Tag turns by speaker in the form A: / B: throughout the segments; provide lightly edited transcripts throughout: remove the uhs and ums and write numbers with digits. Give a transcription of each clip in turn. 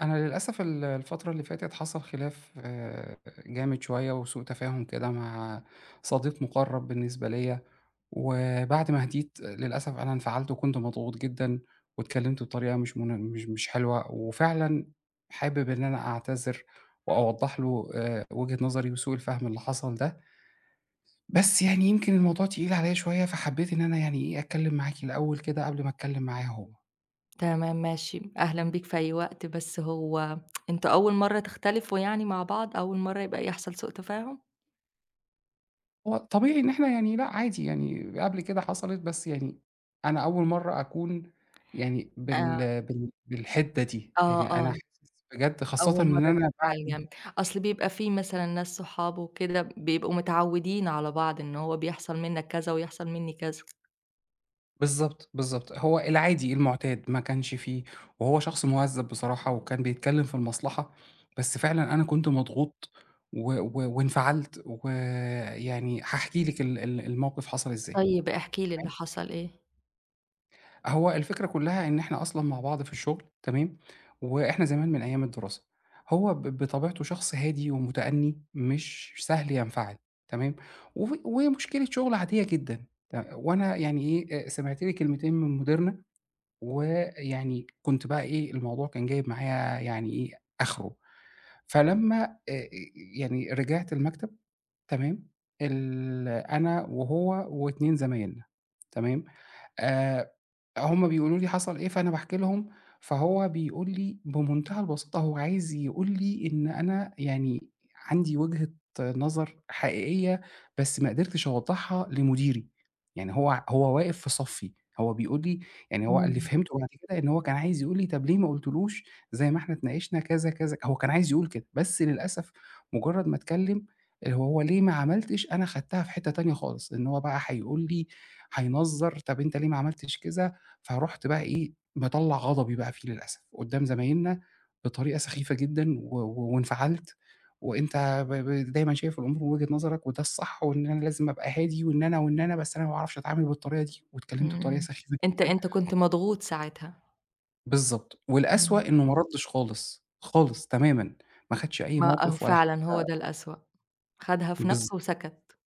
A: أنا للأسف الفترة اللي فاتت حصل خلاف جامد شوية وسوء تفاهم كده مع صديق مُقرّب بالنسبة ليّا، وبعد ما هديت للأسف أنا انفعلت وكنت مضغوط جدًا واتكلمت بطريقة مش منا مش مش حلوة، وفعلًا حابب إن أنا أعتذر وأوضّح له وجهة نظري وسوء الفهم اللي حصل ده، بس يعني يمكن الموضوع تقيل عليّا شوية فحبيت إن أنا يعني إيه أتكلم معاكِ الأول كده قبل ما أتكلم معاه هو.
B: تمام ماشي، أهلًا بيك في أي وقت، بس هو أنتم أول مرّة تختلفوا يعني مع بعض، أول مرّة يبقى يحصل سوء تفاهم؟
A: هو طبيعي إن إحنا يعني لأ عادي يعني قبل كده حصلت، بس يعني أنا أول مرّة أكون يعني
B: آآ
A: بالحدة دي،
B: آه،
A: يعني أنا
B: آه،
A: حاسس بجد خاصةً
B: أول مرّة
A: إن أنا
B: تنفعل
A: بعد.
B: جامد، أصل بيبقى في مثلًا ناس صحابه وكده بيبقوا متعودين على بعض، إن هو بيحصل منك كذا ويحصل مني كذا.
A: بالضبط، بالضبط. هو العادي المُعتاد ما كانش فيه وهو شخص مُهذّب بصراحة وكان بيتكلّم في المصلحة، بس فعلًا أنا كنت مضغوط و و وانفعلت، ويعني هاحكي لِك ال ال الموقف حصل إزاي،
B: طيب احكِ لي
A: تمام؟
B: اللي حصل إيه؟
A: هو الفكرة كلّها إن إحنا أصلًا مع بعض في الشغل تمام، وإحنا زمان من أيام الدراسة، هو بطبيعته شخص هادي ومتأني مش سهل ينفعل تمام، ومشكلة شغل عادية جدًا وأنا يعني إيه، سمعت لي كلمتين من مديرنا، ويعني كنت بقى إيه، الموضوع كان جايب معايا يعني إيه، آخره، فلمّا آآ، يعني رجعت المكتب تمام، أنا وهو و2 زمايلنا تمام، آآ، هُم بيقولوا لي حصل إيه، فأنا باحكي لهم، فهو بيقول لي بمنتهى البساطة هو عايز يقول لي إن أنا يعني عندي وجهة نظر حقيقية، بس ما قدرتش أوضّحها لمديري، يعني هو ع هو واقف في صفّي، هو بيقول لي يعني هو اللي
B: إمم،
A: فهمته بعد كده إن هو كان عايز يقول لي طَب ليه ما قُلتلوش زي ما إحنا اتناقشنا كذا، كذا، هو كان عايز يقول كده، بس للأسف مجرّد ما اتكلّم، اللي هو ليه ما عملتش، أنا خدتها في حتّة تانية خالص، إن هو بقى هيقول لي هينظّر، طب أنت ليه ما عملتش كذا؟ فرُحت بقى إيه، مطلّع غضبي بقى فيه للأسف، قدّام زمايلنا بطريقة سخيفة جدًا و و وانفعلت، وأنت ب ب دايمًا شايف الأمور من وجهة نظرك وده الصح وإن أنا لازم أبقى هادي وإن أنا وإن أنا، بس أنا ما باعرفش أتعامل بالطريقة دي، واتكلمت بطريقة
B: إمم،
A: سخيفة
B: أنت
A: جدًا.
B: أنت كنت مضغوط ساعتها،
A: بالضبط، والأسوأ
B: إمم،
A: إنه ما ردّش خالص، خالص تمامًا، ما خدش أي
B: ما آه
A: موقف ولا
B: فعلًا
A: حاجة.
B: هو ده الأسوأ، خدها في نفسه
A: بالضبط.
B: وسكت.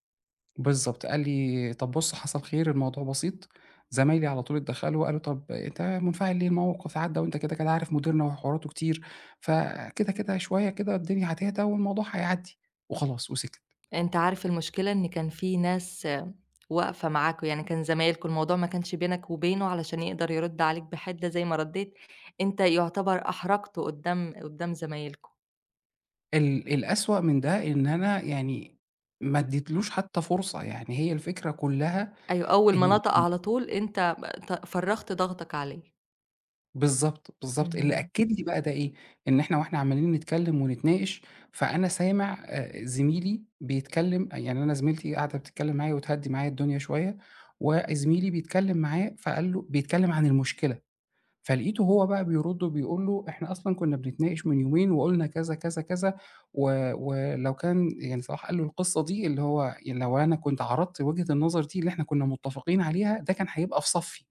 A: بالضبط، قال لي: "طَب بُص حصل خير الموضوع بسيط." زمايلي على طول اتدخّلوا وقالوا: "طَب أنت منفعل ليه؟ الموقف عدّى وأنت كده، كده عارف مديرنا وحواراته كتير، فكده، كده شوية كده الدنيا هتهدى والموضوع هيعدّي." وخلاص وسكت.
B: أنت عارف المشكلة إن كان في ناس آه، واقفة معاكم، يعني كان زمايلكم، الموضوع ما كانش بينك وبينه علشان يقدر يرد عليك بحِدة زي ما ردّيت، أنت يُعتبر أحرجته قدّام زمايلكم.
A: الأسوأ من ده إن أنا يعني ما ادّيتلوش حتى فرصة، يعني هي الفكرة كُلّها
B: أيوه، أول ما
A: إن
B: نطق
A: إمم.
B: على طول أنت فرّغت ضغطك عليه.
A: بالضبط، بالضبط. اللي
B: اهم،
A: أكّد لي بقى ده إيه، إن إحنا عمّالين نتكلّم ونتناقش، فأنا سامع زميلي بيتكلّم يعني أنا زميلتي قاعدة بتتكلّم معايا وتهدّي معايا الدنيا شوية، وزميلي بيتكلّم معاه فقال له بيتكلّم عن المشكلة، فلقيته هو بقى بيرُد وبيقول له: "إحنا أصلًا كُنّا بنتناقش من يومين وقُلنا كذا، كذا، كذا ولو كان" يعني صلاح قال له القصّة دي اللي هو يعني لو أنا كنت عرضت وجهة النظر دي اللي إحنا كُنّا متّفقين عليها، ده كان هيبقى في صَفّي.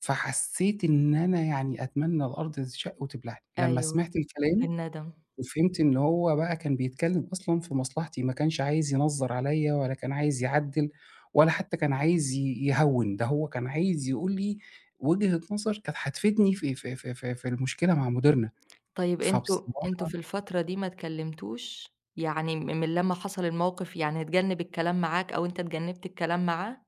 A: فحسيت إن أنا يعني أتمنى الأرض تشق وتبلعني، لمّا
B: أيوه،
A: سمعت الكلام
B: بالندم.
A: وفهمت إن هو بقى كان بيتكلم أصلًا في مصلحتي، ما كانش عايز ينظّر عليّا ولا كان عايز يعدِّل ولا حتى كان عايز يهوِّن، ده هو كان عايز يقول لي وجهة نظر كانت هتفيدني في المشكلة مع مديرنا،
B: طيب أنتم
A: فبصراحة
B: في الفترة دي ما اتكلمتوش؟ يعني من لمّا حصل الموقف يعني اتجنّب الكلام معاك أو أنت اتجنّبت الكلام معاه؟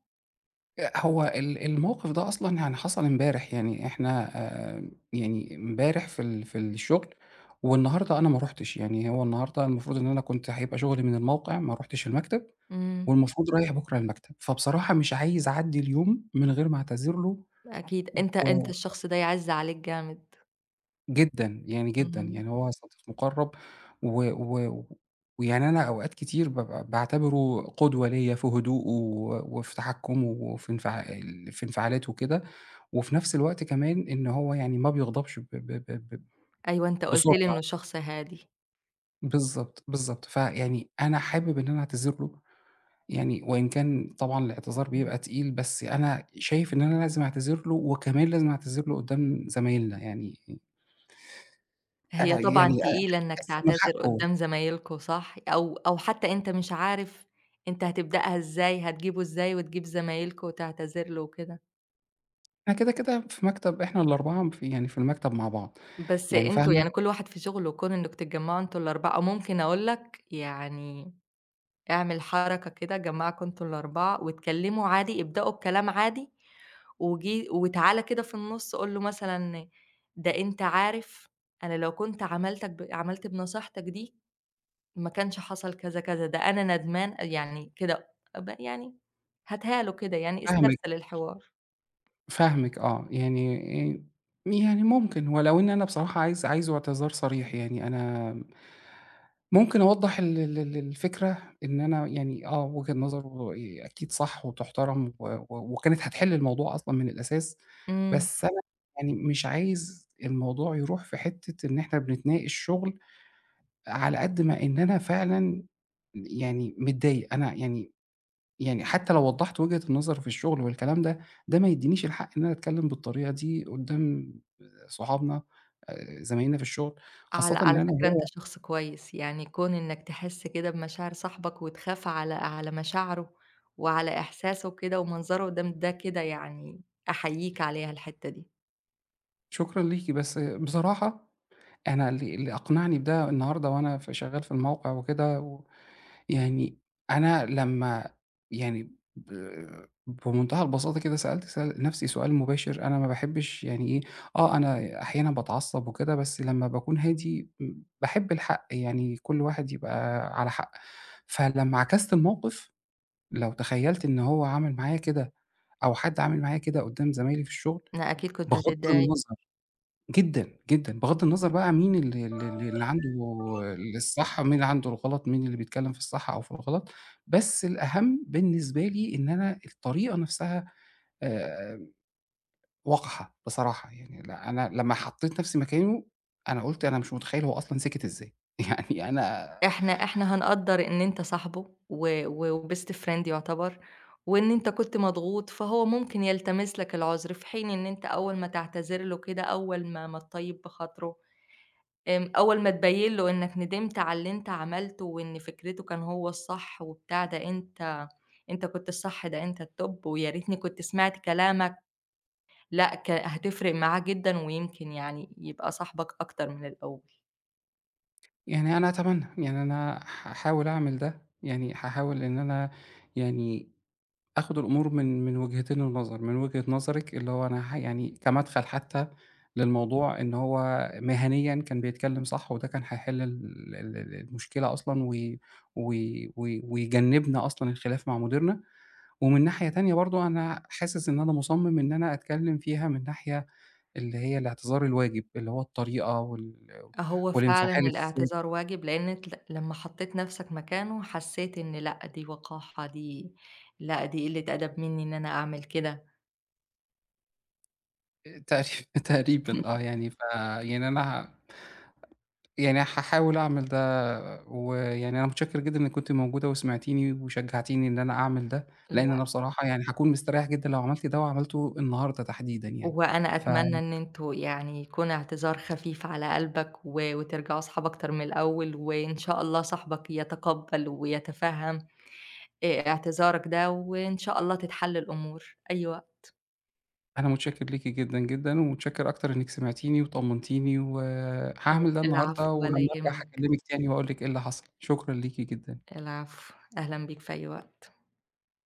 A: هو الموقف ده أصلًا يعني حصل امبارح، يعني إحنا يعني امبارح في الشغل والنهارده أنا ما رُحتش، يعني هو النهارده المفروض إن أنا كنت هيبقى شغلي من الموقع، ما رُحتش المكتب
B: إمم،
A: والمفروض رايح بُكرة المكتب، فبصراحة مش عايز أعدّي اليوم من غير ما أعتذر له.
B: أكيد أنت
A: و
B: الشخص ده يعِز عليك جامد.
A: جدًا، يعني جدًا،
B: إمم.
A: يعني هو صديق مُقرّب و و ويعني أنا أوقات كتير بابقى باعتبره قدوة ليّا في هدوءه وفي تحكُّمه وفي انفع ال في انفعالاته وكده، وفي نفس الوقت كمان إن هو يعني ما بيغضبش ب ب ب ب
B: أيوه، أنت قُلت
A: بسرعة.
B: لي إنه شخص هادي.
A: بالضبط، بالضبط. فيعني أنا حابب إن أنا أعتذر له يعني وإن كان طبعًا الاعتذار بيبقى تقيل، بس أنا شايف إن أنا لازم أعتذر له وكمان لازم أعتذر له قُدّام زمايلنا يعني
B: هي طبعًا
A: يعني
B: تقيلة إنّك
A: أقسِّم له
B: تعتذر
A: حقه.
B: قدّام زمايلكم صح، أو حتّى أنت مش عارف أنت هتبدأها إزاي، هتجيبه إزاي وتجيب زمايلكم وتعتذر له وكده.
A: إحنا كده، كده في مكتب إحنا ال4 يعني في المكتب مع بعض،
B: بس
A: يعني
B: أنتم يعني
A: فاهمة؟
B: كل واحد في شغله، كون إنّكم تتجمّعوا أنتم ال4 ممكن أقول لك يعني اعمل حركة كده جمّعكم أنتم ال4 واتكلّموا عادي، ابدأوا بكلام عادي وجي وتعالَ كده في النُص قُل له مثلًا ده أنت عارف أنا لو كنت عملتك عملت بنصيحتك دي ما كانش حصل كذا، كذا، ده أنا ندمان يعني كده يعني هاتها له كده يعني
A: فاهمِك،
B: استرسل الحوار.
A: فاهمِك آه، يعني آآ يعني ممكن ولو إن أنا بصراحة عايز اعتذار صريح، يعني أنا ممكن أوضّح ال ال ال الفكرة إن أنا يعني آه، وجهة نظر أكيد صح وتُحترم و و وكانت هتحل الموضوع أصلًا من الأساس،
B: إمم.
A: بس أنا يعني مش عايز الموضوع يروح في حتّة إن إحنا بنتناقش شغل على قد ما إن أنا فعلًا يعني متضايق، أنا يعني حتى لو وضّحت وجهة النظر في الشغل والكلام ده، ده ما يدّينيش الحق إن أنا أتكلّم بالطريقة دي قدّام صُحابنا، زمايلنا في الشغل، خاصةً
B: على
A: إن
B: على
A: أنا
B: فكرة
A: هو.
B: أنت شخص كويس، يعني كون إنك تحس كده بمشاعر صاحبك وتخاف على مشاعره وعلى إحساسه كده ومنظره قدام ده كده يعني أحييك عليها الحتّة دي.
A: شكرًا ليكِ، بس بصراحة أنا اللي أقنعني بده النهارده وأنا شغّال في الموقع وكده يعني أنا لمّا يعني بمنتهى البساطة كده سأل نَفْسي سؤال مباشر، أنا ما باحبّش يعني إيه، آه أنا أحيانًا باتعصّب وكده، بس لمّا باكون هادي باحب الحق، يعني كل واحد يبقى على حق. فلمّا عكست الموقِف، لو تخيّلت إن هو عمل معايا كده أو حد عمل معايا كده قُدّام زمايلي في الشُغل،
B: أنا أكيد كنت
A: بغَض
B: هتتضايق.
A: النظر جدًا، جدًا، بغض النظر بقى مين ال ال ال اللي عنده الصح ومين اللي عنده الغلط، مين اللي بيتكلّم في الصح أو في الغلط، بس الأهم بالنسبة لي إن أنا الطريقة نفْسها آآ وقحة بصراحة، يعني لأ أنا لمّا حطّيت نفْسي مكانه، أنا قُلت أنا مش متخيّل هو أصلًا سِكِت إزاي، يعني أنا
B: إحنا هنقدّر إن أنت صاحبه و و وbest friend يُعتبر، وإن أنت كنت مضغوط، فهو ممكن يلتمس لك العُذر، في حين إن أنت أول ما تعتذر له كده، أول ما تطيّب بخاطره، أول ما تبيّن له إنك ندمت على اللي أنت عملته وإن فكرته كان هو الصح وبتاع، ده أنت كنت الصح، ده أنت الtop ويا ريتني كنت سمعت كلامك، لأ هتفرق معاه جدًا ويمكن يعني يبقى صاحبك أكتر من الأول.
A: يعني أنا أتمنى، يعني أنا هاحاول أعمل ده، يعني هاحاول إن أنا يعني آخد الأمور من وجهتين النظر، من وجهة نظرِك اللي هو أنا يعني كمدخل حتى للموضوع إن هو مهنيًا كان بيتكلم صح، وده كان هيحل ال ال ال المشكلة أصلًا وي وي وي ويجنبنا أصلًا الخلاف مع مديرنا، ومن ناحية تانية برضه أنا حاسس إن أنا مُصمم إن أنا أتكلم فيها من ناحية اللي هي الاعتذار الواجب، اللي هو الطريقة
B: هو فعلًا
A: والانفعال
B: الاعتذار واجب، لإن لمّا حطيت نفْسك مكانه حسيت إن لأ، دي وقاحة، دي لأ، دي قلة أدب مني إن أنا أعمل كده،
A: تقريبًا تقريبًا آه، يعني يعني أنا يعني هاحاول أعمل ده، ويعني أنا متشكر جدًا إنِّك كنتِ موجودة وسمعتيني وشجعتيني إن أنا أعمل ده، لإن
B: لأ،
A: أنا بصراحة يعني هاكون مستريح جدًا لو عملت ده وعملته النهارده تحديدًا يعني،
B: وأنا أتمنى
A: فأنا
B: إن أنتم يعني يكون اعتذار خفيف على قلبك و وترجعوا صحاب أكتر من الأول، وإن شاء الله صاحبك يتقبّل ويتفهّم اعتذارك ده، وإن شاء الله تتحل الأمور. أي وقت.
A: متشكر ليكِ جدًا، جدًا، ومتشكر أكتر إنِّك سمعتيني وطمنتيني، وهاعمل ده
B: العفو
A: النهارده
B: ولا
A: ولمّا أرجع
B: يهمك،
A: هاكلمِك تاني وأقول لِك إيه اللي حصل، شكرًا ليكِ جدًا.
B: العفو، أهلًا بيك في أي وقت.